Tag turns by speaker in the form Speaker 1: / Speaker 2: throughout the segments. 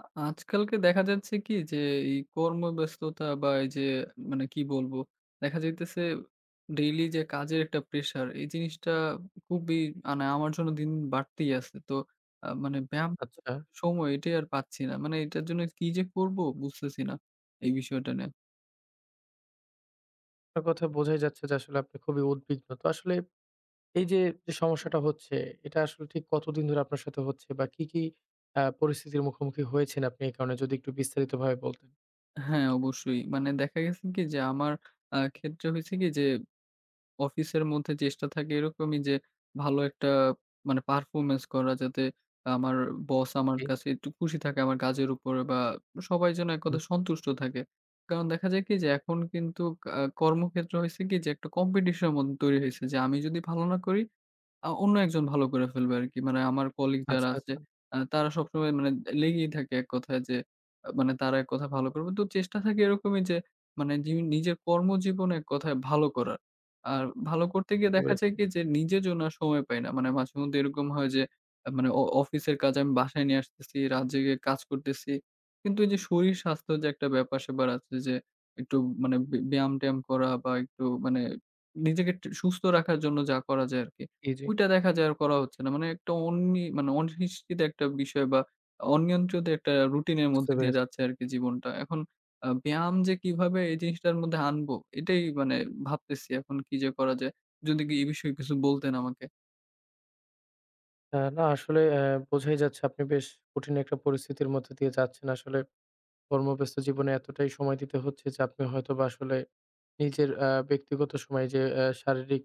Speaker 1: আ আজকালকে দেখা যাচ্ছে কি যে, এই কর্মব্যস্ততা বা এই যে মানে কি বলবো? দেখা যাইতেছে ডেইলি যে কাজের একটা প্রেশার, এই জিনিসটা খুবই মানে আমার জন্য দিন দিন বাড়তেই আছে। তো মানে ব্যায়াম
Speaker 2: আচ্ছা।
Speaker 1: সময় এটাই আর পাচ্ছি না। মানে এটার জন্য কি যে করব? বুঝতেছি না এই বিষয়টা নিয়ে।
Speaker 2: আপনার কথা বোঝাই যাচ্ছে যে আসলে আপনি খুবই উদ্বিগ্ন। তো আসলে এই যে, যে সমস্যাটা হচ্ছে এটা আসলে ঠিক কতদিন ধরে আপনার সাথে হচ্ছে বা কি, কি পরিস্থিতির মুখোমুখি হয়েছেন আপনি এই কারণে যদি একটু বিস্তারিতভাবে বলতেন?
Speaker 1: হ্যাঁ, অবশ্যই। মানে দেখা গেছে কি যে আমার ক্ষেত্রে হয়েছে কি যে অফিসের মধ্যে চেষ্টা থাকে এরকমই যে ভালো একটা মানে পারফরম্যান্স করা, যাতে আমার বস আমার
Speaker 2: জি,
Speaker 1: কাছে একটু খুশি থাকে আমার কাজের উপরে বা সবাই যেন এক
Speaker 2: হুম।
Speaker 1: কথায় সন্তুষ্ট থাকে। কারণ দেখা যায় কি যে এখন কিন্তু কর্মক্ষেত্র হইছে কি যে একটা কম্পিটিশন এর মধ্যে তৈরি হইছে, যে আমি যদি ভালো না করি অন্য একজন ভালো করে ফেলবে আরকি। মানে আমার কলিগ যারা
Speaker 2: আচ্ছা,
Speaker 1: আছে
Speaker 2: আচ্ছা।
Speaker 1: তারা সবসময় মানে লেগেই থাকে এক কথায় যে মানে তারা এক কথায় ভালো করবে। তো চেষ্টা থাকে এরকমই যে মানে যিনি নিজের কর্মজীবন এক কথায় ভালো করার। আর ভালো করতে গিয়ে
Speaker 2: বুঝতে
Speaker 1: দেখা যায়
Speaker 2: পেরেছি।
Speaker 1: কি যে নিজের জন্য আর সময় পাই না। মানে মাঝেমধ্যে এরকম হয় যে মানে অফিসের কাজ আমি বাসায় নিয়ে আসতেছি, রাত জেগে কাজ করতেছি। কিন্তু এই যে শরীর স্বাস্থ্য যে একটা ব্যাপার-স্যাপার আছে যে একটু মানে ব্যায়াম-ট্যায়াম করা বা একটু মানে নিজেকে সুস্থ রাখার জন্য যা করা যায় আরকি।
Speaker 2: জি, জি।
Speaker 1: ওইটা দেখা যায় আর করা হচ্ছে না। মানে একটা অন্নি মানে অনিশ্চিত একটা বিষয় বা অনিয়ন্ত্রিত একটা রুটিনের
Speaker 2: বুঝতে
Speaker 1: মধ্যে দিয়ে
Speaker 2: পেরেছি।
Speaker 1: যাচ্ছে আরকি জীবনটা। এখন ব্যায়াম যে কিভাবে এই জিনিসটার মধ্যে আনবো এটাই মানে ভাবতেছি এখন কি যে করা যায়? যদি কি এই বিষয়ে কিছু বলতেন আমাকে।
Speaker 2: না আসলে বোঝাই যাচ্ছে আপনি বেশ কঠিন একটা পরিস্থিতির মধ্যে দিয়ে যাচ্ছেন। আসলে কর্মব্যস্ত জীবনে এতটাই সময় দিতে হচ্ছে যে আপনি হয়তোবা আসলে নিজের ব্যক্তিগত সময় যে শারীরিক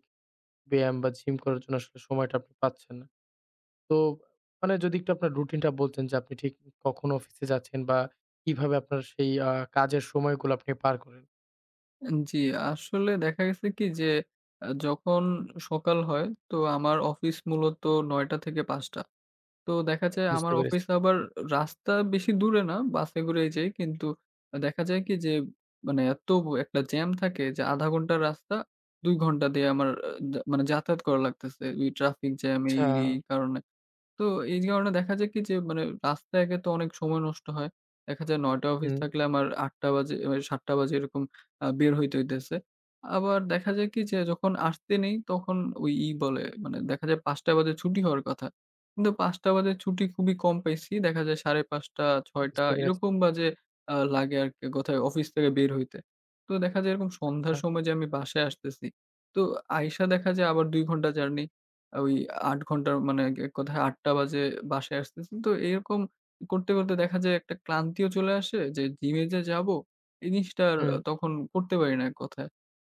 Speaker 2: ব্যায়াম বা জিম করার জন্য আসলে সময়টা আপনি পাচ্ছেন না। তো মানে যদি একটু আপনার রুটিনটা বলতেন যে আপনি ঠিক কখন অফিসে যাচ্ছেন বা কিভাবে আপনার সেই কাজের সময়গুলো আপনি পার করেন?
Speaker 1: এন জি, আসলে দেখা গেছে কি যে যখন সকাল হয়, তো আমার অফিস মূলত ৯ঃ০০ থেকে ৫ঃ০০। তো দেখা যায়
Speaker 2: বুঝতে
Speaker 1: আমার অফিস
Speaker 2: পেরেছি।
Speaker 1: আবার রাস্তা বেশি দূরে না, বাসে করেই যাই। কিন্তু দেখা যায় কি যে মানে এত একটা জ্যাম থাকে যে ০.৫ ঘন্টার রাস্তা ২ ঘন্টা দিয়ে আমার মানে যাতায়াত করা লাগতেছে। ওই ট্রাফিক জ্যাম
Speaker 2: আচ্ছা,
Speaker 1: এই কারণে। তো এই কারণে দেখা যায় কি যে মানে রাস্তায় একে তো অনেক সময় নষ্ট হয়। দেখা যায় ৯ টা অফিস
Speaker 2: হুম,
Speaker 1: থাকলে আমার ৮ টা বাজে ৭ টা বাজে এরকম বের হইতে হইতেছে। আবার দেখা যায় কি যে যখন আসতে নেই তখন ওই ই বলে মানে দেখা যায় ৫ টা বাজে ছুটি হওয়ার কথা। কিন্তু ৫ টা বাজে ছুটি খুবই কম পাইছি। দেখা যায় ৫:৩০, ৬ টা
Speaker 2: বুঝতে পেরেছি।
Speaker 1: এরকম বাজে লাগে আরকি কোথায় অফিস থেকে বের হইতে। তো দেখা যায় এরকম সন্ধ্যার
Speaker 2: আচ্ছা,
Speaker 1: সময় যে আমি বাসায় আসতেছি। তো আইসা দেখা যায় আবার ২ ঘন্টা জার্নি। ওই ৮ ঘন্টার মানে এক কথায় ৮ঃ০০ বাজে বাসায় আসতেছি। তো এরকম করতে, করতে দেখা যায় একটা ক্লান্তিও চলে আসে যে জিমে যে যাবো, এই জিনিসটা আর
Speaker 2: হুম,
Speaker 1: তখন করতে পারি না এক কথায়।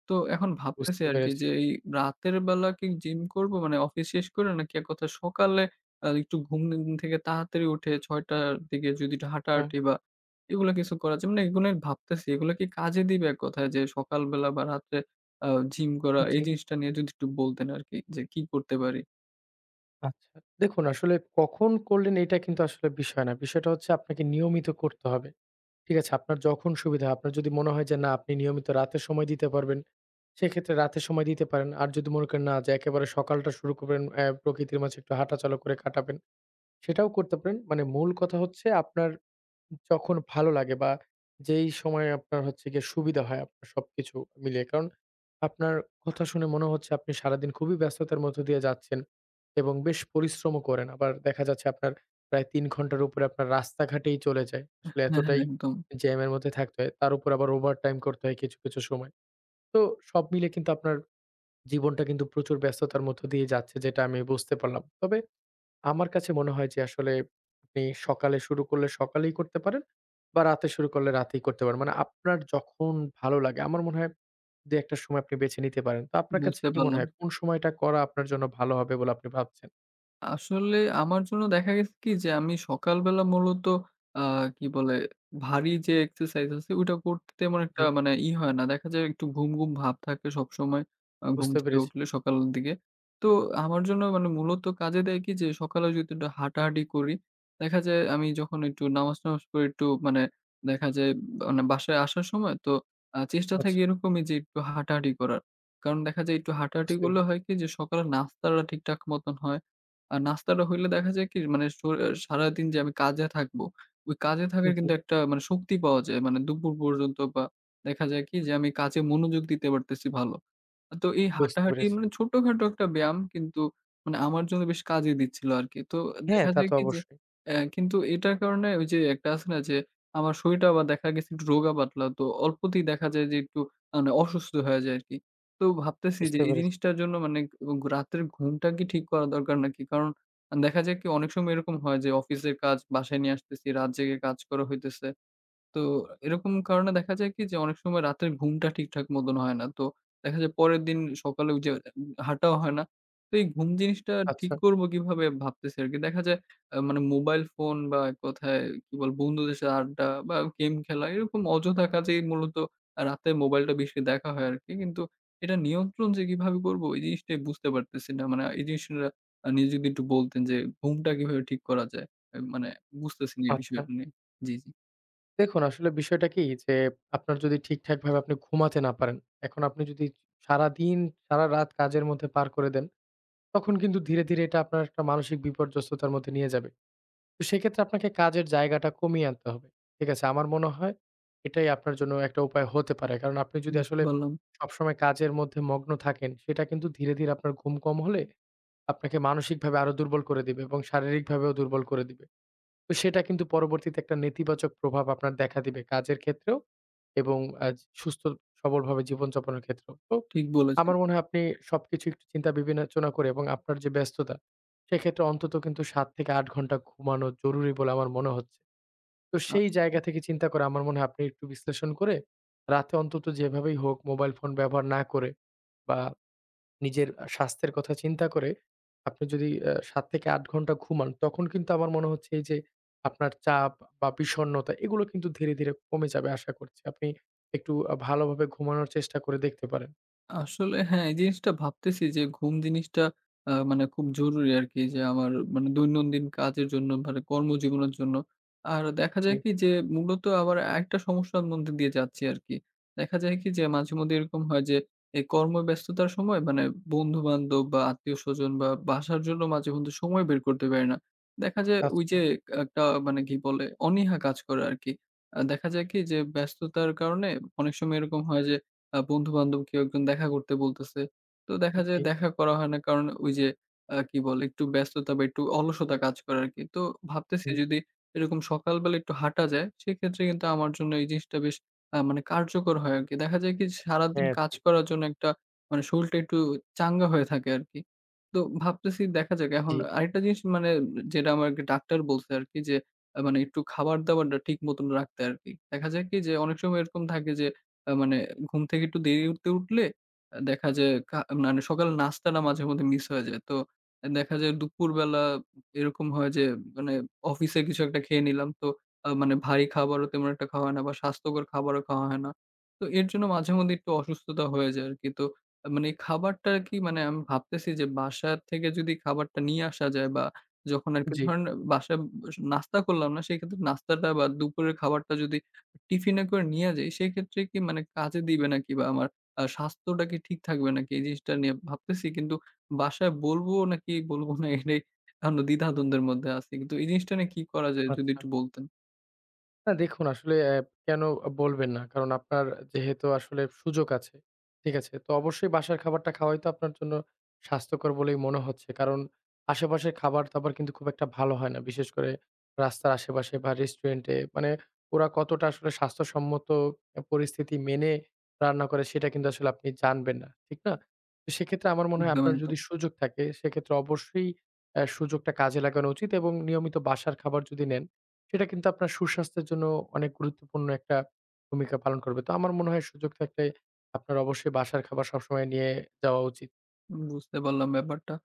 Speaker 1: তো এখন ভাবতেছি
Speaker 2: বুঝতে
Speaker 1: আরকি
Speaker 2: পেরেছি।
Speaker 1: যে এই রাতের বেলা কি জিম করবো? মানে অফিস শেষ করে, নাকি এক কথায় সকালে একটু ঘুম থেকে তাড়াতাড়ি উঠে ৬ঃ০০ র দিকে যদি একটু
Speaker 2: আচ্ছা,
Speaker 1: হাঁটাহাঁটি বা এগুলা কিছু করা যায়। মানে এগুলাই ভাবতেছি। এগুলা কি কাজে দিবে এক কথায় যে সকালবেলা বা রাত্রে আ জিম করা, এই
Speaker 2: জি,
Speaker 1: জিনিসটা নিয়ে যদি একটু বলতেন আরকি যে কি করতে পারি?
Speaker 2: আচ্ছা। দেখুন আসলে কখন করলেন এটা কিন্তু আসলে বিষয় না। বিষয়টা হচ্ছে আপনাকে নিয়মিত করতে হবে। ঠিক আছে? আপনার যখন সুবিধা হয়, আপনার যদি মনে হয় যে না আপনি নিয়মিত রাতে সময় দিতে পারবেন, সেক্ষেত্রে রাতে সময় দিতে পারেন। আর যদি মনে করেন না যে একেবারে সকালটা শুরু করবেন, প্রকৃতির মাঝে একটু হাঁটাচলা করে কাটাবেন। সেটাও করতে পারেন। মানে মূল কথা হচ্ছে আপনার যখন ভালো লাগে বা যেই সময়ে আপনার হচ্ছে গিয়ে সুবিধা হয় আপনার সবকিছু মিলিয়ে। কারণ আপনার কথা শুনে মনে হচ্ছে আপনি সারাদিন খুবই ব্যস্ততার মধ্য দিয়ে যাচ্ছেন এবং বেশ পরিশ্রমও করেন। আবার দেখা যাচ্ছে আপনার প্রায় ৩ ঘন্টার উপরে আপনার রাস্তাঘাটেই চলে যায়। আসলে
Speaker 1: হ্যাঁ, হ্যাঁ,
Speaker 2: এতটাই
Speaker 1: একদম
Speaker 2: জ্যামের মধ্যে থাকতে হয়। তার উপর আবার ওভারটাইম করতে হয় কিছু, কিছু সময়। তো সব মিলে কিন্তু আপনার জীবনটা কিন্তু প্রচুর ব্যস্ততার মধ্য দিয়ে যাচ্ছে যেটা আমি বুঝতে পারলাম। তবে আমার কাছে মনে হয় যে আসলে আপনি সকালে শুরু করলে সকালেই করতে পারেন বা রাতে শুরু করলে রাতেই করতে পারেন। মানে আপনার যখন ভালো লাগে আমার মনে হয় ২-১ টা সময় আপনি বেছে নিতে পারেন। তো আপনার কাছে
Speaker 1: বুঝতে
Speaker 2: কি মনে
Speaker 1: পারলাম।
Speaker 2: হয় কোন সময়টা করা আপনার জন্য ভালো হবে বলে আপনি ভাবছেন?
Speaker 1: আসলে আমার জন্য দেখা গেছে কি যে আমি সকালবেলা মূলত আ কি বলে ভারী যে এক্সারসাইজ আছে ওইটা করতে তেমন একটা
Speaker 2: জি।
Speaker 1: মানে ই হয় না। দেখা যায় একটু ঘুম ঘুম ভাব থাকে সবসময় ঘুম
Speaker 2: বুঝতে
Speaker 1: থেকে
Speaker 2: পেরেছি।
Speaker 1: উঠলে সকালের দিকে। তো আমার জন্য মানে মূলত কাজে দেয় কি যে সকালে যদি একটু হাঁটাহাঁটি করি, দেখা যায় আমি যখন একটু নামাজ-টামাজ পড়ে একটু মানে দেখা যায় মানে বাসায় আসার সময় তো চেষ্টা
Speaker 2: আচ্ছা,
Speaker 1: থাকে এরকমই যে একটু হাঁটাহাঁটি করার। কারণ দেখা যায় একটু হাঁটাহাঁটি
Speaker 2: বুঝতে
Speaker 1: করলে
Speaker 2: পেরেছি।
Speaker 1: হয় কি যে সকালের নাস্তাটা ঠিকঠাক মতন হয়। আর নাস্তাটা হইলে দেখা যায় কি মানে সারাদিন যে আমি কাজে থাকবো, ওই কাজে থাকার
Speaker 2: জি।
Speaker 1: কিন্তু একটা মানে শক্তি পাওয়া যায়। মানে দুপুর পর্যন্ত বা দেখা যায় কি যে আমি কাজে মনোযোগ দিতে পারতেছি ভালো। তো এই
Speaker 2: বুঝতে
Speaker 1: হাঁটাহাঁটি
Speaker 2: পেরেছি।
Speaker 1: মানে ছোটখাটো একটা ব্যায়াম কিন্তু মানে আমার জন্য বেশ কাজে দিচ্ছিল আরকি। তো
Speaker 2: হ্যাঁ।
Speaker 1: দেখা
Speaker 2: তা
Speaker 1: যায়
Speaker 2: তো
Speaker 1: কি যে
Speaker 2: অবশ্যই।
Speaker 1: কিন্তু এটার কারণে ওই যে একটা আছে না যে আমার শরীরটা আবার দেখা গেছে একটু রোগা পাতলা। তো অল্পতেই দেখা যায় যে একটু মানে অসুস্থ হয়ে যায় আরকি। তো ভাবতেছি যে
Speaker 2: বুঝতে
Speaker 1: এই
Speaker 2: পেরেছি।
Speaker 1: জিনিসটার জন্য মানে, এবং রাতের ঘুমটা কি ঠিক করা দরকার নাকি? কারণ দেখা যায় কি অনেক সময় এরকম হয় যে অফিসের কাজ বাসায় নিয়ে আসতেছি, রাত জেগে কাজ করা হইতেছে। তো এরকম কারণে দেখা যায় কি যে অনেক সময় রাতের ঘুমটা ঠিকঠাক মতন হয় না। তো দেখা যায় পরের দিন সকালে ওই যে হাঁটাও হয় না। তো এই ঘুম জিনিসটা
Speaker 2: আচ্ছা,
Speaker 1: ঠিক করব কিভাবে ভাবতেছি আরকি। দেখা যায় মানে মোবাইল ফোন বা এক কথায় কি বলব বন্ধুদের সাথে আড্ডা বা গেম খেলা এরকম অযথা কাজেই মূলত রাতে মোবাইলটা বেশি দেখা হয় আরকি। কিন্তু এটা নিয়ন্ত্রণ যে কিভাবে করব এই জিনিসটাই বুঝতে পারতেছি না। মানে এই জিনিসটা আপনি যদি একটু বলতেন যে ঘুমটা কিভাবে ঠিক করা যায়? মানে বুঝতেছি না এই
Speaker 2: আচ্ছা।
Speaker 1: বিষয়টা নিয়ে। জি, জি।
Speaker 2: দেখুন আসলে বিষয়টা কি যে আপনার যদি ঠিকঠাকভাবে আপনি ঘুমাতে না পারেন, এখন আপনি যদি সারাদিন সারারাত কাজের মধ্যে পার করে দেন তখন কিন্তু ধীরে, ধীরে এটা আপনার একটা মানসিক বিপর্যস্ততার মধ্যে নিয়ে যাবে। তো সেক্ষেত্রে আপনাকে কাজের জায়গাটা কমিয়ে আনতে হবে। ঠিক আছে? আমার মনে হয় এটাই আপনার জন্য একটা উপায় হতে পারে। কারণ আপনি যদি
Speaker 1: বুঝতে
Speaker 2: আসলে
Speaker 1: পারলাম।
Speaker 2: সবসময় কাজের মধ্যে মগ্ন থাকেন, সেটা কিন্তু ধীরে, ধীরে আপনার ঘুম কম হলে আপনাকে মানসিকভাবে আরো দুর্বল করে দিবে এবং শারীরিকভাবেও দুর্বল করে দিবে। তো সেটা কিন্তু পরবর্তীতে একটা নেতিবাচক প্রভাব আপনার দেখা দিবে কাজের ক্ষেত্রেও এবং আ সুস্থ সবলভাবে জীবনযাপনের ক্ষেত্রেও। তো
Speaker 1: ঠিক বলেছেন।
Speaker 2: আমার মনে হয় আপনি সবকিছু একটু চিন্তা বিবেচনা করে এবং আপনার যে ব্যস্ততা, সেক্ষেত্রে অন্তত কিন্তু ৭ থেকে ৮ ঘন্টা ঘুমানো জরুরি বলে আমার মনে হচ্ছে। তো
Speaker 1: আ
Speaker 2: সেই জায়গা থেকে চিন্তা করে আমার মনে হয় আপনি একটু বিশ্লেষণ করে রাতে অন্তত যেভাবেই হোক মোবাইল ফোন ব্যবহার না করে বা নিজের স্বাস্থ্যের কথা চিন্তা করে আপনি যদি ৭-৮ ঘন্টা ঘুমান, তখন কিন্তু আমার মনে হচ্ছে এই যে আপনার চাপ বা বিষণ্ণতা এগুলো কিন্তু ধীরে, ধীরে কমে যাবে আশা করছি। আপনি একটু ভালোভাবে ঘুমানোর চেষ্টা করে দেখতে পারেন।
Speaker 1: আসলে হ্যাঁ, এই জিনিসটা ভাবতেছি যে ঘুম জিনিসটা মানে খুব জরুরি আরকি, যে আমার মানে দৈনন্দিন কাজের জন্য মানে কর্মজীবনের জন্য। আর দেখা
Speaker 2: জি,
Speaker 1: যায় কি যে মূলত আবার আরেকটা সমস্যার মধ্যে দিয়ে যাচ্ছি আরকি। দেখা যায় কি যে মাঝেমধ্যে এরকম হয় যে এই কর্মব্যস্ততার সময় মানে বন্ধু-বান্ধব বা আত্মীয়স্বজন বা বাসার জন্য মাঝেমধ্যে সময় বের করতে পারি না। দেখা যায় ওই
Speaker 2: আচ্ছা।
Speaker 1: যে একটা মানে কি বলে অনীহা কাজ করে আরকি। দেখা যায় কি যে ব্যস্ততার কারণে অনেক সময় এরকম হয় যে বন্ধু-বান্ধব কেউ একজন দেখা করতে বলতেছে। তো দেখা যায়
Speaker 2: জি,
Speaker 1: দেখা করা হয় না। কারণ ওই যে কি বলে একটু ব্যস্ততা বা একটু অলসতা কাজ করে আরকি। তো ভাবতেছি
Speaker 2: হুম।
Speaker 1: যদি এরকম সকালবেলা একটু হাঁটা যায়, সেক্ষেত্রে কিন্তু আমার জন্য এই জিনিসটা বেশ মানে কার্যকর হয় আরকি। দেখা যায় কি সারাদিন
Speaker 2: হ্যাঁ,
Speaker 1: কাজ
Speaker 2: ঠিক।
Speaker 1: করার জন্য একটা মানে শরীরটা একটু চাঙ্গা হয়ে থাকে আরকি। তো ভাবতেছি দেখা যাক, এখন
Speaker 2: জি,
Speaker 1: আরেকটা জিনিস মানে, যেটা আমাকে ডাক্তার বলছে আরকি, যে মানে একটু খাবার-দাবারটা ঠিক মতন রাখতে আরকি। দেখা যায় কি যে অনেক সময় এরকম থাকে যে মানে ঘুম থেকে একটু দেরিতে উঠলে আ দেখা যায় কা মানে সকালের নাস্তাটা মাঝে মধ্যে মিস হয়ে যায়। তো দেখা যায় দুপুরবেলা এরকম হয় যে মানে অফিসে কিছু একটা খেয়ে নিলাম। তো মানে ভারী খাবারও তেমন একটা খাওয়া হয় না বা স্বাস্থ্যকর খাবারও খাওয়া হয় না। তো এর জন্য মাঝে মধ্যে একটু অসুস্থতা হয়ে যায় আরকি। তো মানে এই খাবারটা কি মানে আমি ভাবতেছি যে বাসা থেকে যদি খাবারটা নিয়ে আসা যায়, বা যখন আরকি
Speaker 2: জি,
Speaker 1: ধরেন বাসায় নাস্তা করলাম না, সেক্ষেত্রে নাস্তাটা বা দুপুরের খাবারটা যদি টিফিনে করে নিয়ে যাই, সেক্ষেত্রে কি মানে কাজে দিবে নাকি? বা আমার স্বাস্থ্যটা কি ঠিক থাকবে নাকি? এই জিনিসটা নিয়ে ভাবতেছি। কিন্তু বাসায় বলবো নাকি বলবো না? এটাই এখনো দ্বিধাদ্বন্দ্বের মধ্যে আছি। কিন্তু এই জিনিসটা নিয়ে কি করা যায় যদি
Speaker 2: আচ্ছা।
Speaker 1: একটু বলতেন?
Speaker 2: না দেখুন আসলে কেন বলবেন না? কারণ আপনার যেহেতু আসলে সুযোগ আছে, ঠিক আছে? তো অবশ্যই বাসার খাবারটা খাওয়াই তো আপনার জন্য স্বাস্থ্যকর বলেই মনে হচ্ছে। কারণ আশেপাশের খাবার-দাবার কিন্তু খুব একটা ভালো হয় না। বিশেষ করে রাস্তার আশেপাশে বা রেস্টুরেন্টে মানে ওরা কতটা আসলে স্বাস্থ্যসম্মত পরিস্থিতি মেনে রান্না করে সেটা কিন্তু আসলে আপনি জানবেন না। ঠিক না? তো সেক্ষেত্রে আমার মনে হয়
Speaker 1: একদম,
Speaker 2: আপনার যদি
Speaker 1: একদম।
Speaker 2: সুযোগ থাকে সেক্ষেত্রে অবশ্যই সুযোগটা কাজে লাগানো উচিত এবং নিয়মিত বাসার খাবার যদি নেন সেটা কিন্তু আপনার সুস্বাস্থ্যের জন্য অনেক গুরুত্বপূর্ণ একটা ভূমিকা পালন করবে। তো আমার মনে হয় সুযোগ থাকলে আপনার অবশ্যই বাসার খাবার সবসময় নিয়ে যাওয়া উচিত।
Speaker 1: উম, বুঝতে পারলাম ব্যাপারটা।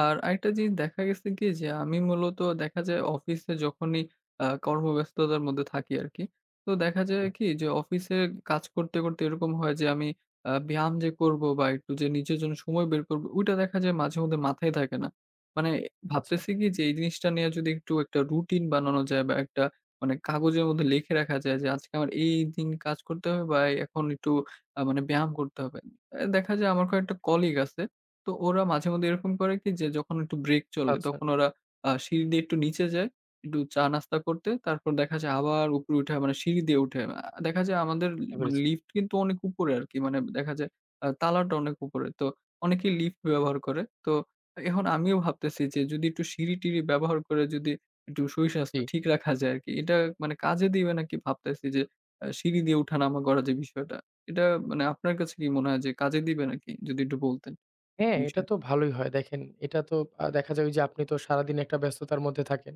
Speaker 1: আর আরেকটা জিনিস দেখা গেছে কি যে, আমি মূলত দেখা যায় অফিসে যখনই কর্মব্যস্ততার মধ্যে থাকি আরকি। তো দেখা
Speaker 2: জি।
Speaker 1: যায় কি যে, অফিসে কাজ করতে, করতে এরকম হয় যে, আমি ব্যায়াম যে করব বা একটু যে নিজের জন্য সময় বের করব, ওইটা দেখা যায় মাঝেমধ্যে মাথায় থাকে না। মানে
Speaker 2: আচ্ছা,
Speaker 1: ভাবতেছি কি যে, এই জিনিসটা নিয়ে যদি একটু একটা রুটিন বানানো যায়, বা একটা মানে কাগজের মধ্যে লিখে রাখা যায় যে, আজকে আমার এই দিন কাজ করতে হবে, বা এখন একটু মানে ব্যায়াম করতে হবে। দেখা যায় আমার কয়েকটা কলিগ আছে, তো ওরা মাঝেমধ্যে এরকম করে কি যে যখন একটু ব্রেক চলে
Speaker 2: আচ্ছা,
Speaker 1: তখন ওরা সিঁড়ি দিয়ে একটু নিচে যায়, একটু চা নাস্তা করতে। তারপর দেখা যায় আবার উপরে উঠে মানে সিঁড়ি দিয়ে উঠে। দেখা যায় আমাদের
Speaker 2: বুঝতে
Speaker 1: মানে
Speaker 2: পেরেছি।
Speaker 1: লিফট কিন্তু অনেক উপরে আরকি। মানে দেখা যায় তালাটা অনেক উপরে। তো অনেকেই লিফট ব্যবহার করে। তো এখন আমিও ভাবতেছি যে যদি একটু সিঁড়ি-টিড়ি ব্যবহার করে যদি একটু
Speaker 2: জি।
Speaker 1: শরীর-স্বাস্থ্য ঠিক রাখা যায় আরকি। এটা মানে কাজে দিবে নাকি ভাবতেছি যে সিঁড়ি দিয়ে উঠা-নামা করা যে বিষয়টা। এটা মানে আপনার কাছে কি মনে হয় যে কাজে দিবে নাকি? যদি একটু বলতেন
Speaker 2: হ্যাঁ, এটা
Speaker 1: বিষয়ে।
Speaker 2: তো ভালোই হয়। দেখেন এটা তো দেখা যায় ওইযে আপনি তো সারাদিন একটা ব্যস্ততার মধ্যে থাকেন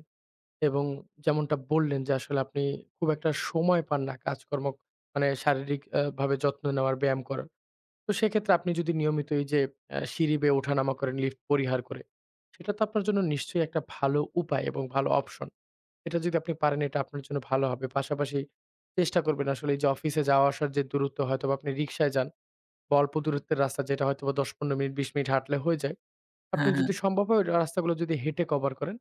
Speaker 2: এবং যেমনটা বললেন যে আসলে আপনি খুব একটা সময় পান না কাজকর্ম মানে শারীরিক ভাবে যত্ন নেওয়ার, ব্যায়াম করার। তো সেক্ষেত্রে আপনি যদি নিয়মিত এই যে সিঁড়ি বেয়ে ওঠানামা করেন লিফট পরিহার করে, সেটা তো আপনার জন্য নিশ্চয়ই একটা ভালো উপায় এবং ভালো অপশন। এটা যদি আপনি পারেন এটা আপনার জন্য ভালো হবে। পাশাপাশি চেষ্টা করবেন আসলে এই যে অফিসে যাওয়া আসার যে দূরত্ব হয়তোবা আপনি রিক্সায় যান বা অল্প দূরত্বের রাস্তা যেটা হয়তোবা ১০-১৫ মিনিট ২০ মিনিট হাঁটলে হয়ে যায়। আপনি
Speaker 1: হ্যাঁ, হ্যাঁ।
Speaker 2: যদি সম্ভব হয় ওই রাস্তাগুলো যদি হেঁটে কভার করেন,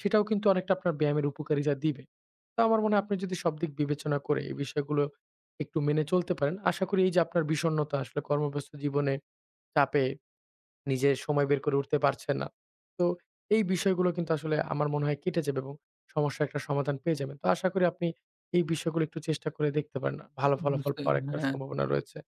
Speaker 2: সেটাও কিন্তু অনেকটা আপনার ব্যায়ামের উপকারিতা দিবে। তো আমার মনে হয় আপনি যদি সব দিক বিবেচনা করে এই বিষয়গুলো একটু মেনে চলতে পারেন, আশা করি এই যে আপনার বিষণ্ণতা আসলে কর্মব্যস্ত জীবনে চাপে নিজে সময় বের করে উঠতে পারছে না। তো এই বিষয়গুলো কিন্তু আসলে আমার মনে হয় কেটে যাবে এবং সমস্যার একটা সমাধান পেয়ে যাবেন। তো আশা করি আপনি এই বিষয়গুলো একটু চেষ্টা করে দেখতে পারেন। ভালো ফলাফল পাওয়ার একটা
Speaker 1: হ্যাঁ,
Speaker 2: সম্ভাবনা রয়েছে।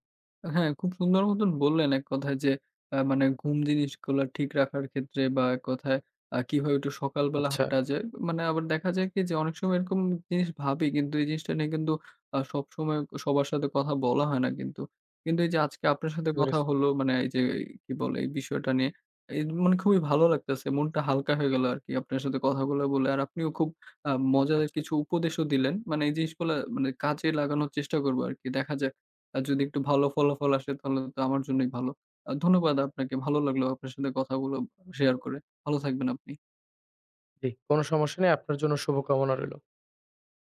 Speaker 1: হ্যাঁ, খুব সুন্দর মতন বললেন এক কথায় যে মানে ঘুম জিনিসগুলা ঠিক রাখার ক্ষেত্রে বা এক কথায় কিভাবে একটু সকালবেলা
Speaker 2: আচ্ছা,
Speaker 1: হাঁটা যায়। মানে আবার দেখা যায় কি যে অনেক সময় এরকম জিনিস ভাবি কিন্তু এই জিনিসটা নিয়ে কিন্তু সবসময় সবার সাথে কথা বলা হয় না কিন্তু। কিন্তু এই যে আজকে আপনার সাথে
Speaker 2: বুঝতে
Speaker 1: কথা
Speaker 2: পেরেছি।
Speaker 1: হলো, মানে এই যে কি বলে এই বিষয়টা নিয়ে এই মানে খুবই ভালো লাগতেছে। মনটা হালকা হয়ে গেল আরকি আপনার সাথে কথাগুলা বলে। আর আপনিও খুব মজার
Speaker 2: আচ্ছা,
Speaker 1: কিছু উপদেশও দিলেন। মানে এই জিনিসগুলা মানে কাজে লাগানোর চেষ্টা করব আরকি। দেখা যায় যদি একটু ভালো ফলাফল আসে তাহলে তো আমার জন্যই ভালো। ধন্যবাদ আপনাকে। ভালো লাগলো আপনার সাথে কথাগুলো শেয়ার করে। ভালো থাকবেন আপনি।
Speaker 2: জি, কোন সমস্যা নেই। আপনার জন্য শুভকামনা রইল।